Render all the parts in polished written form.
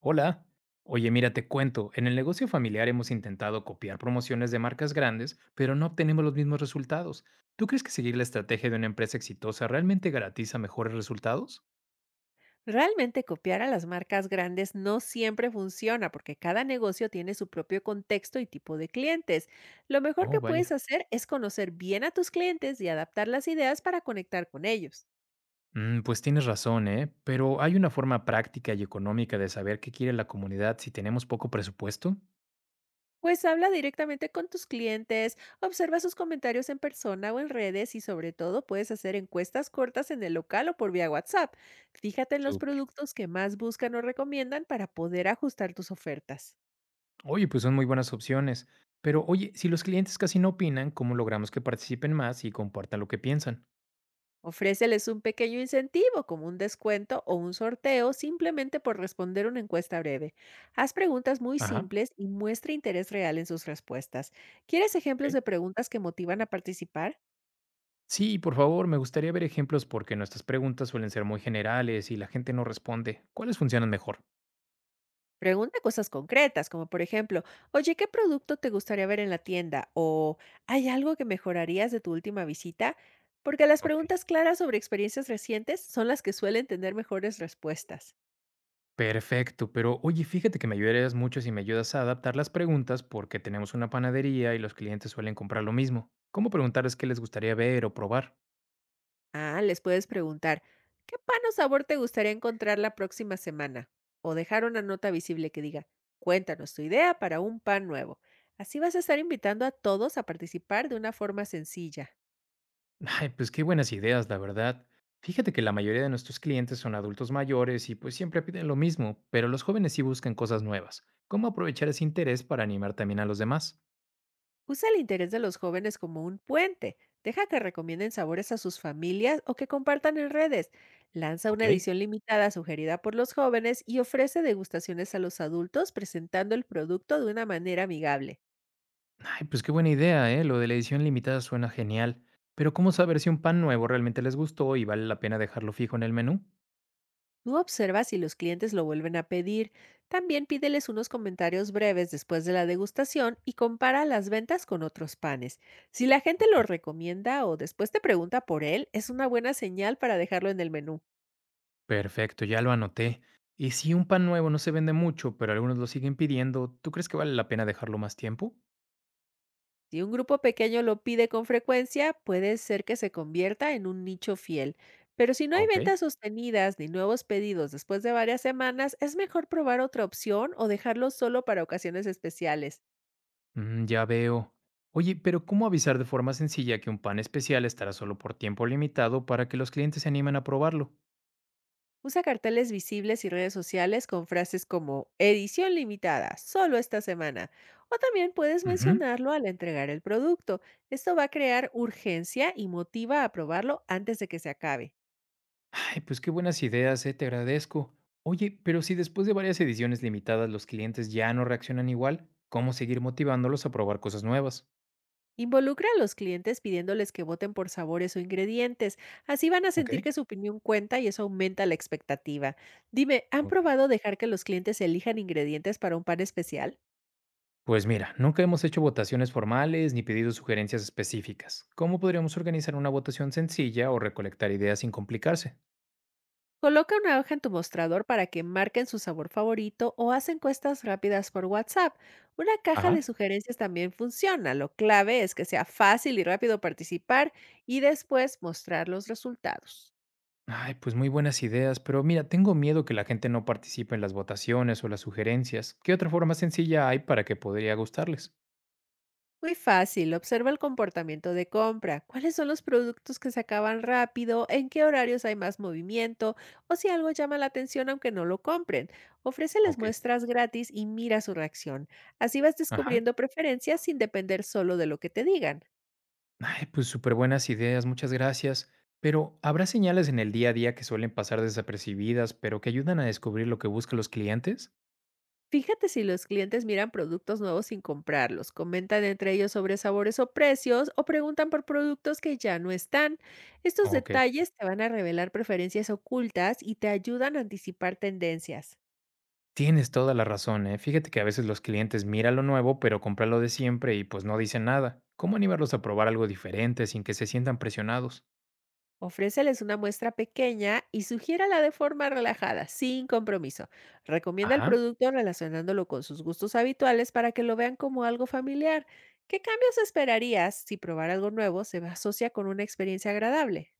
Hola. Oye, mira, te cuento, en el negocio familiar hemos intentado copiar promociones de marcas grandes, pero no obtenemos los mismos resultados. ¿Tú crees que seguir la estrategia de una empresa exitosa realmente garantiza mejores resultados? Realmente copiar a las marcas grandes no siempre funciona porque cada negocio tiene su propio contexto y tipo de clientes. Lo mejor que Oh, puedes vaya. hacer es conocer bien a tus clientes y adaptar las ideas para conectar con ellos. Pues tienes razón, ¿eh? Pero ¿hay una forma práctica y económica de saber qué quiere la comunidad si tenemos poco presupuesto? Pues habla directamente con tus clientes, observa sus comentarios en persona o en redes y sobre todo puedes hacer encuestas cortas en el local o por vía WhatsApp. Fíjate en los Súper. productos que más buscan o recomiendan para poder ajustar tus ofertas. Oye, pues son muy buenas opciones. Pero oye, si los clientes casi no opinan, ¿cómo logramos que participen más y compartan lo que piensan? Ofréceles un pequeño incentivo, como un descuento o un sorteo, simplemente por responder una encuesta breve. Haz preguntas muy Ajá. simples y muestra interés real en sus respuestas. ¿Quieres ejemplos Ok. de preguntas que motivan a participar? Sí, por favor, me gustaría ver ejemplos porque nuestras preguntas suelen ser muy generales y la gente no responde. ¿Cuáles funcionan mejor? Pregunta cosas concretas, como por ejemplo, oye, ¿qué producto te gustaría ver en la tienda? O ¿hay algo que mejorarías de tu última visita? Porque las Ok. preguntas claras sobre experiencias recientes son las que suelen tener mejores respuestas. Perfecto, pero oye, fíjate que me ayudarías mucho si me ayudas a adaptar las preguntas porque tenemos una panadería y los clientes suelen comprar lo mismo. ¿Cómo preguntarles qué les gustaría ver o probar? Ah, les puedes preguntar, ¿qué pan o sabor te gustaría encontrar la próxima semana? O dejar una nota visible que diga, cuéntanos tu idea para un pan nuevo. Así vas a estar invitando a todos a participar de una forma sencilla. Ay, pues qué buenas ideas, la verdad. Fíjate que la mayoría de nuestros clientes son adultos mayores y pues siempre piden lo mismo, pero los jóvenes sí buscan cosas nuevas. ¿Cómo aprovechar ese interés para animar también a los demás? Usa el interés de los jóvenes como un puente. Deja que recomienden sabores a sus familias o que compartan en redes. Lanza Ok. una edición limitada sugerida por los jóvenes y ofrece degustaciones a los adultos presentando el producto de una manera amigable. Ay, pues qué buena idea, ¿eh? Lo de la edición limitada suena genial. Pero ¿cómo saber si un pan nuevo realmente les gustó y vale la pena dejarlo fijo en el menú? Tú observa si los clientes lo vuelven a pedir. También pídeles unos comentarios breves después de la degustación y compara las ventas con otros panes. Si la gente Ok. lo recomienda o después te pregunta por él, es una buena señal para dejarlo en el menú. Perfecto, ya lo anoté. Y si un pan nuevo no se vende mucho, pero algunos lo siguen pidiendo, ¿tú crees que vale la pena dejarlo más tiempo? Si un grupo pequeño lo pide con frecuencia, puede ser que se convierta en un nicho fiel. Pero si no hay Ok. ventas sostenidas ni nuevos pedidos después de varias semanas, es mejor probar otra opción o dejarlo solo para ocasiones especiales. Ya veo. Oye, pero ¿cómo avisar de forma sencilla que un pan especial estará solo por tiempo limitado para que los clientes se animen a probarlo? Usa carteles visibles y redes sociales con frases como edición limitada, solo esta semana. O también puedes Ujú. mencionarlo al entregar el producto. Esto va a crear urgencia y motiva a probarlo antes de que se acabe. Ay, pues qué buenas ideas, te agradezco. Oye, pero si después de varias ediciones limitadas los clientes ya no reaccionan igual, ¿cómo seguir motivándolos a probar cosas nuevas? Involucra a los clientes pidiéndoles que voten por sabores o ingredientes. Así van a ¿Ok? sentir que su opinión cuenta y eso aumenta la expectativa. Dime, ¿han Ok. probado dejar que los clientes elijan ingredientes para un pan especial? Pues mira, nunca hemos hecho votaciones formales ni pedido sugerencias específicas. ¿Cómo podríamos organizar una votación sencilla o recolectar ideas sin complicarse? Coloca una hoja en tu mostrador para que marquen su sabor favorito o haz encuestas rápidas por WhatsApp. Una caja de Ajá. sugerencias también funciona. Lo clave es que sea fácil y rápido participar y después mostrar los resultados. Ay, pues muy buenas ideas, pero mira, tengo miedo que la gente no participe en las votaciones o las sugerencias. ¿Qué otra forma sencilla hay para que podría gustarles? Muy fácil, observa el comportamiento de compra, cuáles son los productos que se acaban rápido, en qué horarios hay más movimiento o si algo llama la atención aunque no lo compren. Ofréceles Ok. muestras gratis y mira su reacción. Así vas Ajá. descubriendo preferencias sin depender solo de lo que te digan. Ay, pues súper buenas ideas, muchas gracias. Pero, ¿habrá señales en el día a día que suelen pasar desapercibidas, pero que ayudan a descubrir lo que buscan los clientes? Fíjate si los clientes miran productos nuevos sin comprarlos, comentan entre ellos sobre sabores o precios o preguntan por productos que ya no están. Estos Ok, detalles te van a revelar preferencias ocultas y te ayudan a anticipar tendencias. tienes toda la razón, ¿eh? Fíjate que a veces los clientes miran lo nuevo, pero compran lo de siempre y pues no dicen nada. ¿Cómo animarlos a probar algo diferente sin que se sientan presionados? Ofréceles una muestra pequeña y sugiérala de forma relajada, sin compromiso. Recomienda el Ajá. producto relacionándolo con sus gustos habituales para que lo vean como algo familiar. ¿Qué cambios esperarías si probar algo nuevo se asocia con una experiencia agradable?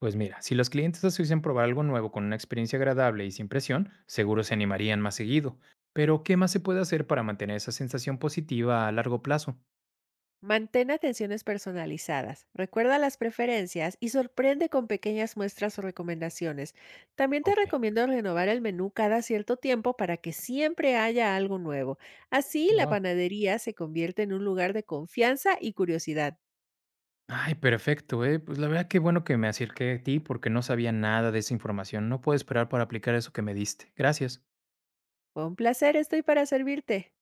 Pues mira, si los clientes asocian probar algo nuevo con una experiencia agradable y sin presión, seguro se animarían más seguido. Pero, ¿qué más se puede hacer para mantener esa sensación positiva a largo plazo? Mantén atenciones personalizadas, recuerda las preferencias y sorprende con pequeñas muestras o recomendaciones. También te Ok. recomiendo renovar el menú cada cierto tiempo para que siempre haya algo nuevo. Así la Wow. panadería se convierte en un lugar de confianza y curiosidad. Ay, perfecto, eh. Pues la verdad qué bueno que me acerqué a ti porque no sabía nada de esa información. No puedo esperar para aplicar eso que me diste. Gracias. Fue un placer, estoy para servirte.